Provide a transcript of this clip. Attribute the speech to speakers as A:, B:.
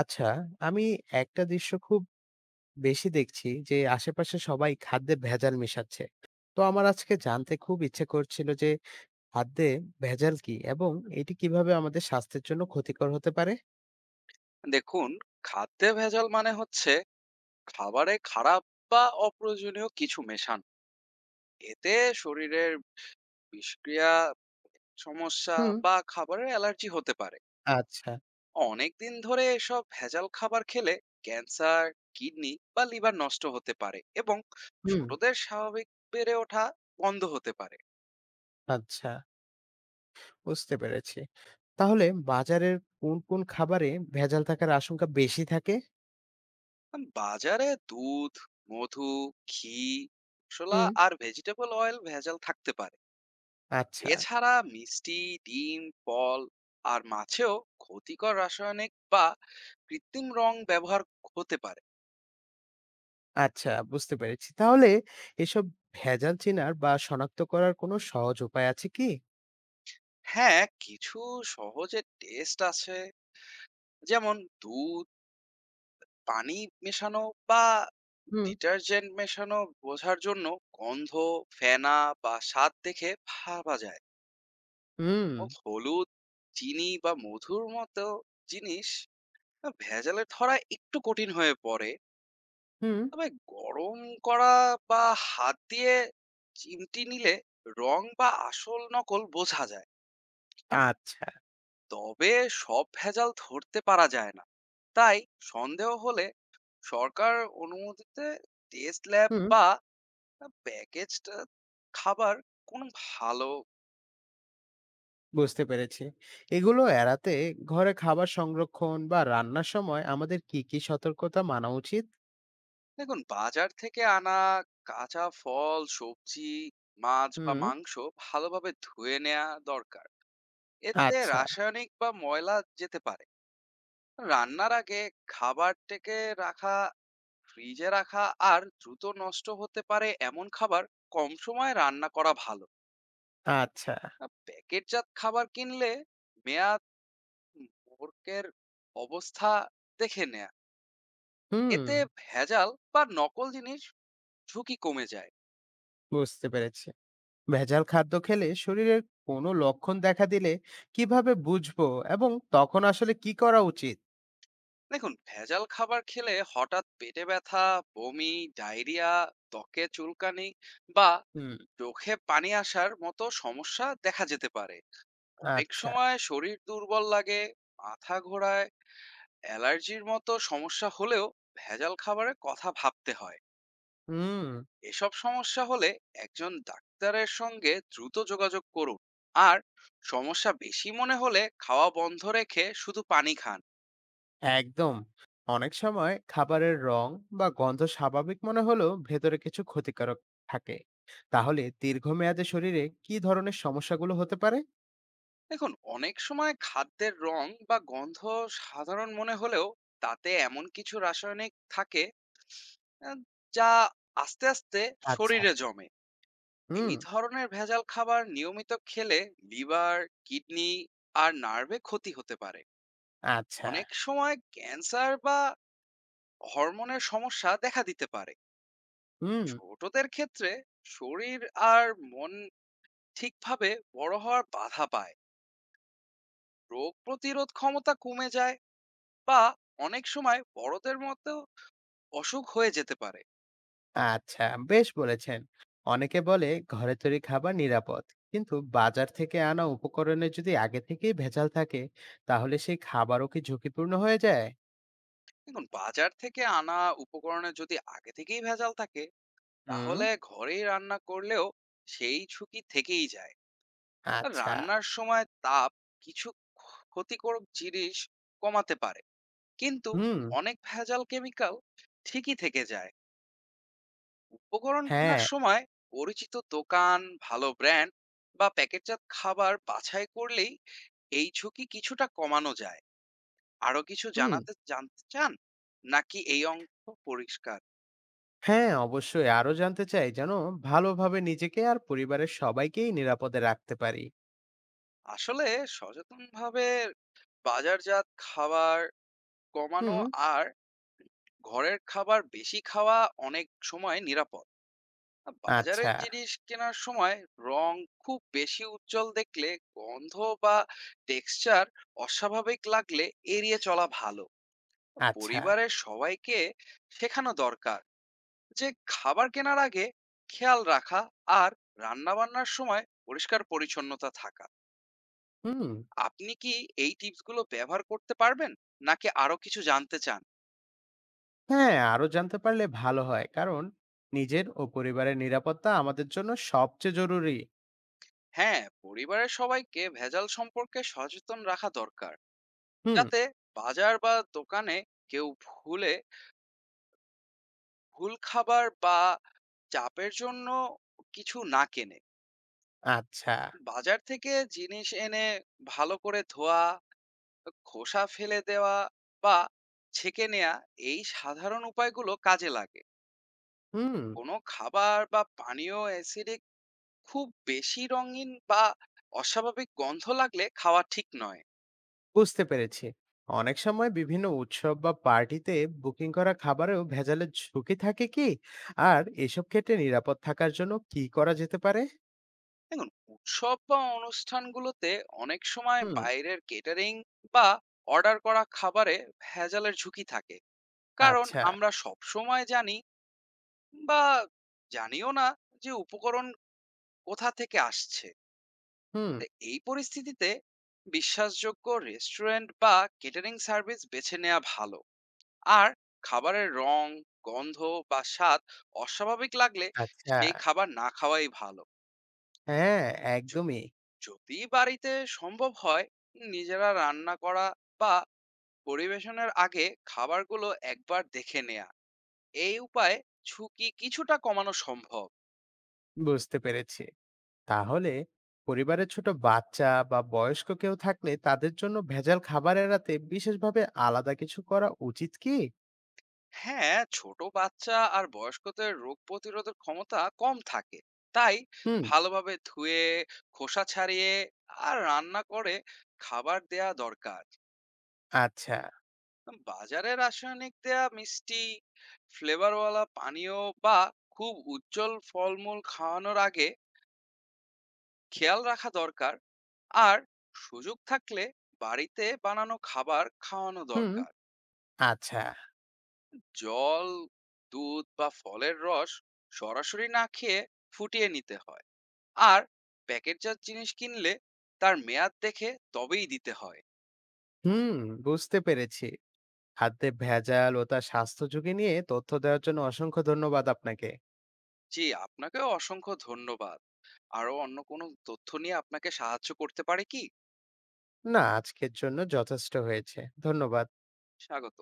A: আচ্ছা, আমি একটা দৃশ্য খুব বেশি দেখছি যে আশেপাশে সবাই খাদ্যে ভেজাল মেশাচ্ছে। তো আমার আজকে জানতে খুব ইচ্ছে করছিল যে খাদ্যে ভেজাল কি এবং এটি কিভাবে আমাদের স্বাস্থ্যের জন্য ক্ষতিকর হতে পারে?
B: দেখুন, খাদ্যে ভেজাল মানে হচ্ছে খাবারে খারাপ বা অপ্রয়োজনীয় কিছু মেশান। এতে শরীরের বিষক্রিয়া সমস্যা
A: হুম।
B: বা খাবারের অ্যালার্জি হতে পারে।
A: আচ্ছা।
B: অনেকদিন ধরে এসব ভেজাল খাবার খেলে ক্যান্সার, কিডনি বা লিভার নষ্ট হতে পারে এবং
A: হুম।
B: ছোটদের স্বাভাবিক বেড়ে ওঠা বন্ধ হতে পারে।
A: আচ্ছা, বুঝতে পেরেছি। তাহলে বাজারের কোন কোন খাবারে ভেজাল থাকার আশঙ্কা বেশি থাকে?
B: বাজারে দুধ, মধু, ঘি, মশলা
A: হুম।
B: আর ভেজিটেবল অয়েল ভেজাল থাকতে পারে।
A: আচ্ছা।
B: এছাড়া মিষ্টি, ডিম, ফল আর মাছেও ক্ষতিকর রাসায়নিক বা কৃত্রিম রং ব্যবহার হতে পারে।
A: আচ্ছা, বুঝতে পেরেছি। তাহলে এসব ভেজাল চেনার বা শনাক্ত করার কোনো সহজ উপায় আছে কি?
B: হ্যাঁ, কিছু সহজে টেস্ট আছে। যেমন দুধ পানি মেশানো বা
A: হুম।
B: ডিটারজেন্ট মেশানো বোঝার জন্য গন্ধ, ফেনা বা স্বাদ দেখে ভাবা যায়।
A: হুম।
B: ও হলুদ, চিনি বা মধুর মতো জিনিস ভেজালে ধরা একটু কঠিন হয়ে পড়ে।
A: হুম।
B: তবে গরম করা বা হাত দিয়ে চিমটি নিলে রং বা আসল নকল বোঝা যায়।
A: আচ্ছা।
B: তবে সব ভেজাল ধরতে পারা যায় না, তাই সন্দেহ হলে সরকার অনুমতিতে টেস্ট ল্যাব
A: হুম।
B: বা প্যাকেজ খাবার কোন ভালো।
A: বুঝতে পেরেছি। এগুলো এড়াতে ঘরে খাবার সংরক্ষণ বা রান্নার সময় আমাদের কি, কি সতর্কতা মানা উচিত?
B: দেখুন, বাজার থেকে আনা কাঁচা ফল, সবজি, মাছ বা
A: হুম।
B: মাংস ভালোভাবে ধুয়ে নেওয়া দরকার। এতে
A: আচ্ছা।
B: রাসায়নিক বা ময়লা যেতে পারে। রান্নার আগে খাবারটাকে রাখা, ফ্রিজে রাখা, আর দ্রুত নষ্ট হতে পারে এমন খাবার কম সময়ে রান্না করা ভালো।
A: আচ্ছা।
B: প্যাকেটজাত খাবার কিনলে মেয়াদ, মোড়কের অবস্থা দেখে নেয়া।
A: হুম।
B: এতে ভেজাল বা নকল জিনিস ঝুঁকি কমে যায়।
A: বুঝতে পেরেছি। ভেজাল খাদ্য খেলে শরীরের কোনো লক্ষণ দেখা দিলে কিভাবে বুঝবো এবং তখন আসলে কি করা উচিত?
B: দেখুন, ভেজাল খাবার খেলে হঠাৎ পেটে ব্যথা, বমি, ডায়রিয়া, ত্বকে চুলকানি বা
A: হুম।
B: চোখে পানি আসার মতো সমস্যা দেখা যেতে পারে। অনেক
A: আচ্ছা।
B: সময় শরীর দুর্বল লাগে, মাথা ঘোরায়, অ্যালার্জির মতো সমস্যা হলেও ভেজাল খাবারের কথা ভাবতে হয়।
A: হুম।
B: এসব সমস্যা হলে একজন ডাক্তারের সঙ্গে দ্রুত যোগাযোগ করুন, আর সমস্যা বেশি মনে হলে খাওয়া বন্ধ রেখে শুধু পানি খান।
A: একদম, অনেক সময় খাবারের রং বা গন্ধ স্বাভাবিক মনে হলেও ভেতরে কিছু ক্ষতিকারক থাকে। তাহলে দীর্ঘমেয়াদে শরীরে কি ধরনের সমস্যাগুলো হতে পারে?
B: দেখুন, অনেক সময় খাদ্যের রং বা গন্ধ সাধারণ মনে হলেও তাতে এমন কিছু রাসায়নিক থাকে, আহ, যা আস্তে আস্তে
A: আচ্ছা।
B: শরীরে জমে।
A: হুম।
B: এই ধরনের ভেজাল খাবার নিয়মিত খেলে লিভার, কিডনি আর নার্ভে ক্ষতি হতে পারে।
A: আচ্ছা।
B: অনেক সময় ক্যান্সার বা হরমোনের সমস্যা দেখা দিতে পারে।
A: হুম।
B: ছোটদের ক্ষেত্রে শরীর আর মন ঠিকভাবে বড় হওয়ার বাধা পায়, রোগ প্রতিরোধ ক্ষমতা কমে যায়, বা অনেক সময় বড়দের মতো অসুখ হয়ে যেতে পারে।
A: আচ্ছা, বেশ বলেছেন। অনেকে বলে ঘরে তৈরি খাবার নিরাপদ, কিন্তু বাজার থেকে আনা উপকরণে যদি আগে থেকেই ভেজাল থাকে, তাহলে সেই খাবারও কি ঝুঁকিপূর্ণ হয়ে যায়?
B: দেখুন, বাজার থেকে আনা উপকরণে যদি আগে থেকেই ভেজাল থাকে,
A: হুম।
B: তাহলে ঘরেই রান্না করলেও সেই ঝুঁকি থেকেই যায়।
A: আচ্ছা।
B: রান্নার সময় তাপ কিছু ক্ষতিকারক জিনিস কমাতে পারে, কিন্তু
A: হুম।
B: অনেক ভেজাল কেমিক্যাল ঠিকই থেকে যায়। উপকরণ কেনার
A: হ্যাঁ।
B: সময় পরিচিত দোকান, ভালো ব্র্যান্ড বা প্যাকেটজাত খাবার বাছাই করলেই এই ঝুঁকি কিছুটা কমানো যায়। আরো কিছু
A: হুম।
B: জানাতে জানতে চান, নাকি এই অংশ পরিষ্কার?
A: হ্যাঁ, অবশ্যই আরো জানতে চাই, যেন ভালোভাবে নিজেকে আর পরিবারের সবাইকেই নিরাপদে রাখতে পারি।
B: আসলে সচেতনভাবে বাজারজাত খাবার
A: হুম।
B: কমানো আর ঘরের খাবার বেশি খাওয়া অনেক সময় নিরাপদ। আ বাজারের
A: আচ্ছা।
B: জিনিস কেনার সময় রং খুব বেশি উজ্জ্বল দেখলে, গন্ধ বা টেক্সচার অস্বাভাবিক লাগলে এড়িয়ে চলা ভালো।
A: আচ্ছা।
B: পরিবারের সবাইকে শেখানো দরকার যে খাবার কেনার আগে খেয়াল রাখা আর রান্না বান্নার সময় পরিষ্কার পরিচ্ছন্নতা থাকা।
A: হুম।
B: আপনি কি এই টিপসগুলো ব্যবহার করতে পারবেন, নাকি আরো কিছু জানতে চান?
A: হ্যাঁ, আরো জানতে পারলে ভালো হয়, কারণ নিজের ও পরিবারের নিরাপত্তা আমাদের জন্য সবচেয়ে জরুরি।
B: হ্যাঁ, পরিবারের সবাইকে ভেজাল সম্পর্কে সচেতন রাখা দরকার,
A: হুম।
B: যাতে বাজার বা দোকানে কেউ ভুলে ভুল খাবার বা চাপের জন্য কিছু না কেনে।
A: আচ্ছা।
B: বাজার থেকে জিনিস এনে ভালো করে ধোয়া, খোসা ফেলে দেওয়া বা ছেঁকে নেওয়া, এই সাধারণ উপায়গুলো কাজে লাগে।
A: হুম।
B: কোনো খাবার বা পানীয় অ্যাসিডে খুব বেশি রঙিন বা অস্বাভাবিক গন্ধ লাগলে খাওয়া ঠিক নয়।
A: বুঝতে পেরেছি। অনেক সময় বিভিন্ন উৎসব বা পার্টিতে বুকিং করা খাবারেও ভেজালের ঝুঁকি থাকে কি? আর এসব ক্ষেত্রে নিরাপদ থাকার জন্য কি করা যেতে পারে?
B: দেখুন, উৎসব বা অনুষ্ঠানগুলোতে অনেক সময়
A: হুম।
B: বাইরের কেটারিং বা অর্ডার করা খাবারে ভেজালের ঝুঁকি থাকে, কারণ
A: আচ্ছা।
B: আমরা সব সময় জানি বা জানিও না যে উপকরণ কোথা থেকে আসছে।
A: হুম।
B: তো এই পরিস্থিতিতে বিশ্বাসযোগ্য রেস্টুরেন্ট বা কেটারিং সার্ভিস বেছে নেওয়া ভালো। আর খাবারের রং, গন্ধ বা স্বাদ অস্বাভাবিক লাগলে
A: আচ্ছা।
B: সেই খাবার না খাওয়াই ভালো।
A: হ্যাঁ, একদমই।
B: যদি বাড়িতে সম্ভব হয় নিজেরা রান্না করা, বা পরিবেশনের আগে খাবারগুলো একবার দেখে নেয়া, এই উপায়ে ঝুঁকি কিছুটা কমানো সম্ভব।
A: বুঝতে পেরেছি। তাহলে পরিবারে ছোট বাচ্চা বা বয়স্ক কেউ থাকলে তাদের জন্য ভেজাল খাবার এড়াতে বিশেষভাবে আলাদা কিছু করা উচিত কি?
B: হ্যাঁ, ছোট বাচ্চা আর বয়স্কদের রোগ প্রতিরোধের ক্ষমতা কম থাকে, তাই
A: হুম,
B: ভালোভাবে ধুয়ে, খোসা ছাড়িয়ে আর রান্না করে খাবার দেয়া দরকার।
A: আচ্ছা।
B: বাজারে রাসায়নিক দেয়া মিষ্টি, ফ্লেভারওয়ালা পানীয় বা খুব উজ্জ্বল ফলমূল খাওয়ানোর আগে খেয়াল রাখা দরকার। আর সুযোগ থাকলে বাড়িতে বানানো খাবার খাওয়ানো
A: হুম,
B: দরকার।
A: আচ্ছা।
B: জল, দুধ বা ফলের রস সরাসরি না খেয়ে ফুটিয়ে নিতে হয়, আর প্যাকেটজাত জিনিস কিনলে তার মেয়াদ দেখে তবেই দিতে হয়।
A: হুম, বুঝতে পেরেছি। খাদ্যে ভেজাল ও তার স্বাস্থ্য ঝুঁকি নিয়ে তথ্য দেওয়ার জন্য অসংখ্য ধন্যবাদ আপনাকে।
B: জি, আপনাকেও অসংখ্য ধন্যবাদ। আরো অন্য কোনো তথ্য নিয়ে আপনাকে সাহায্য করতে পারে কি?
A: না, আজকের জন্য যথেষ্ট হয়েছে। ধন্যবাদ।
B: স্বাগত।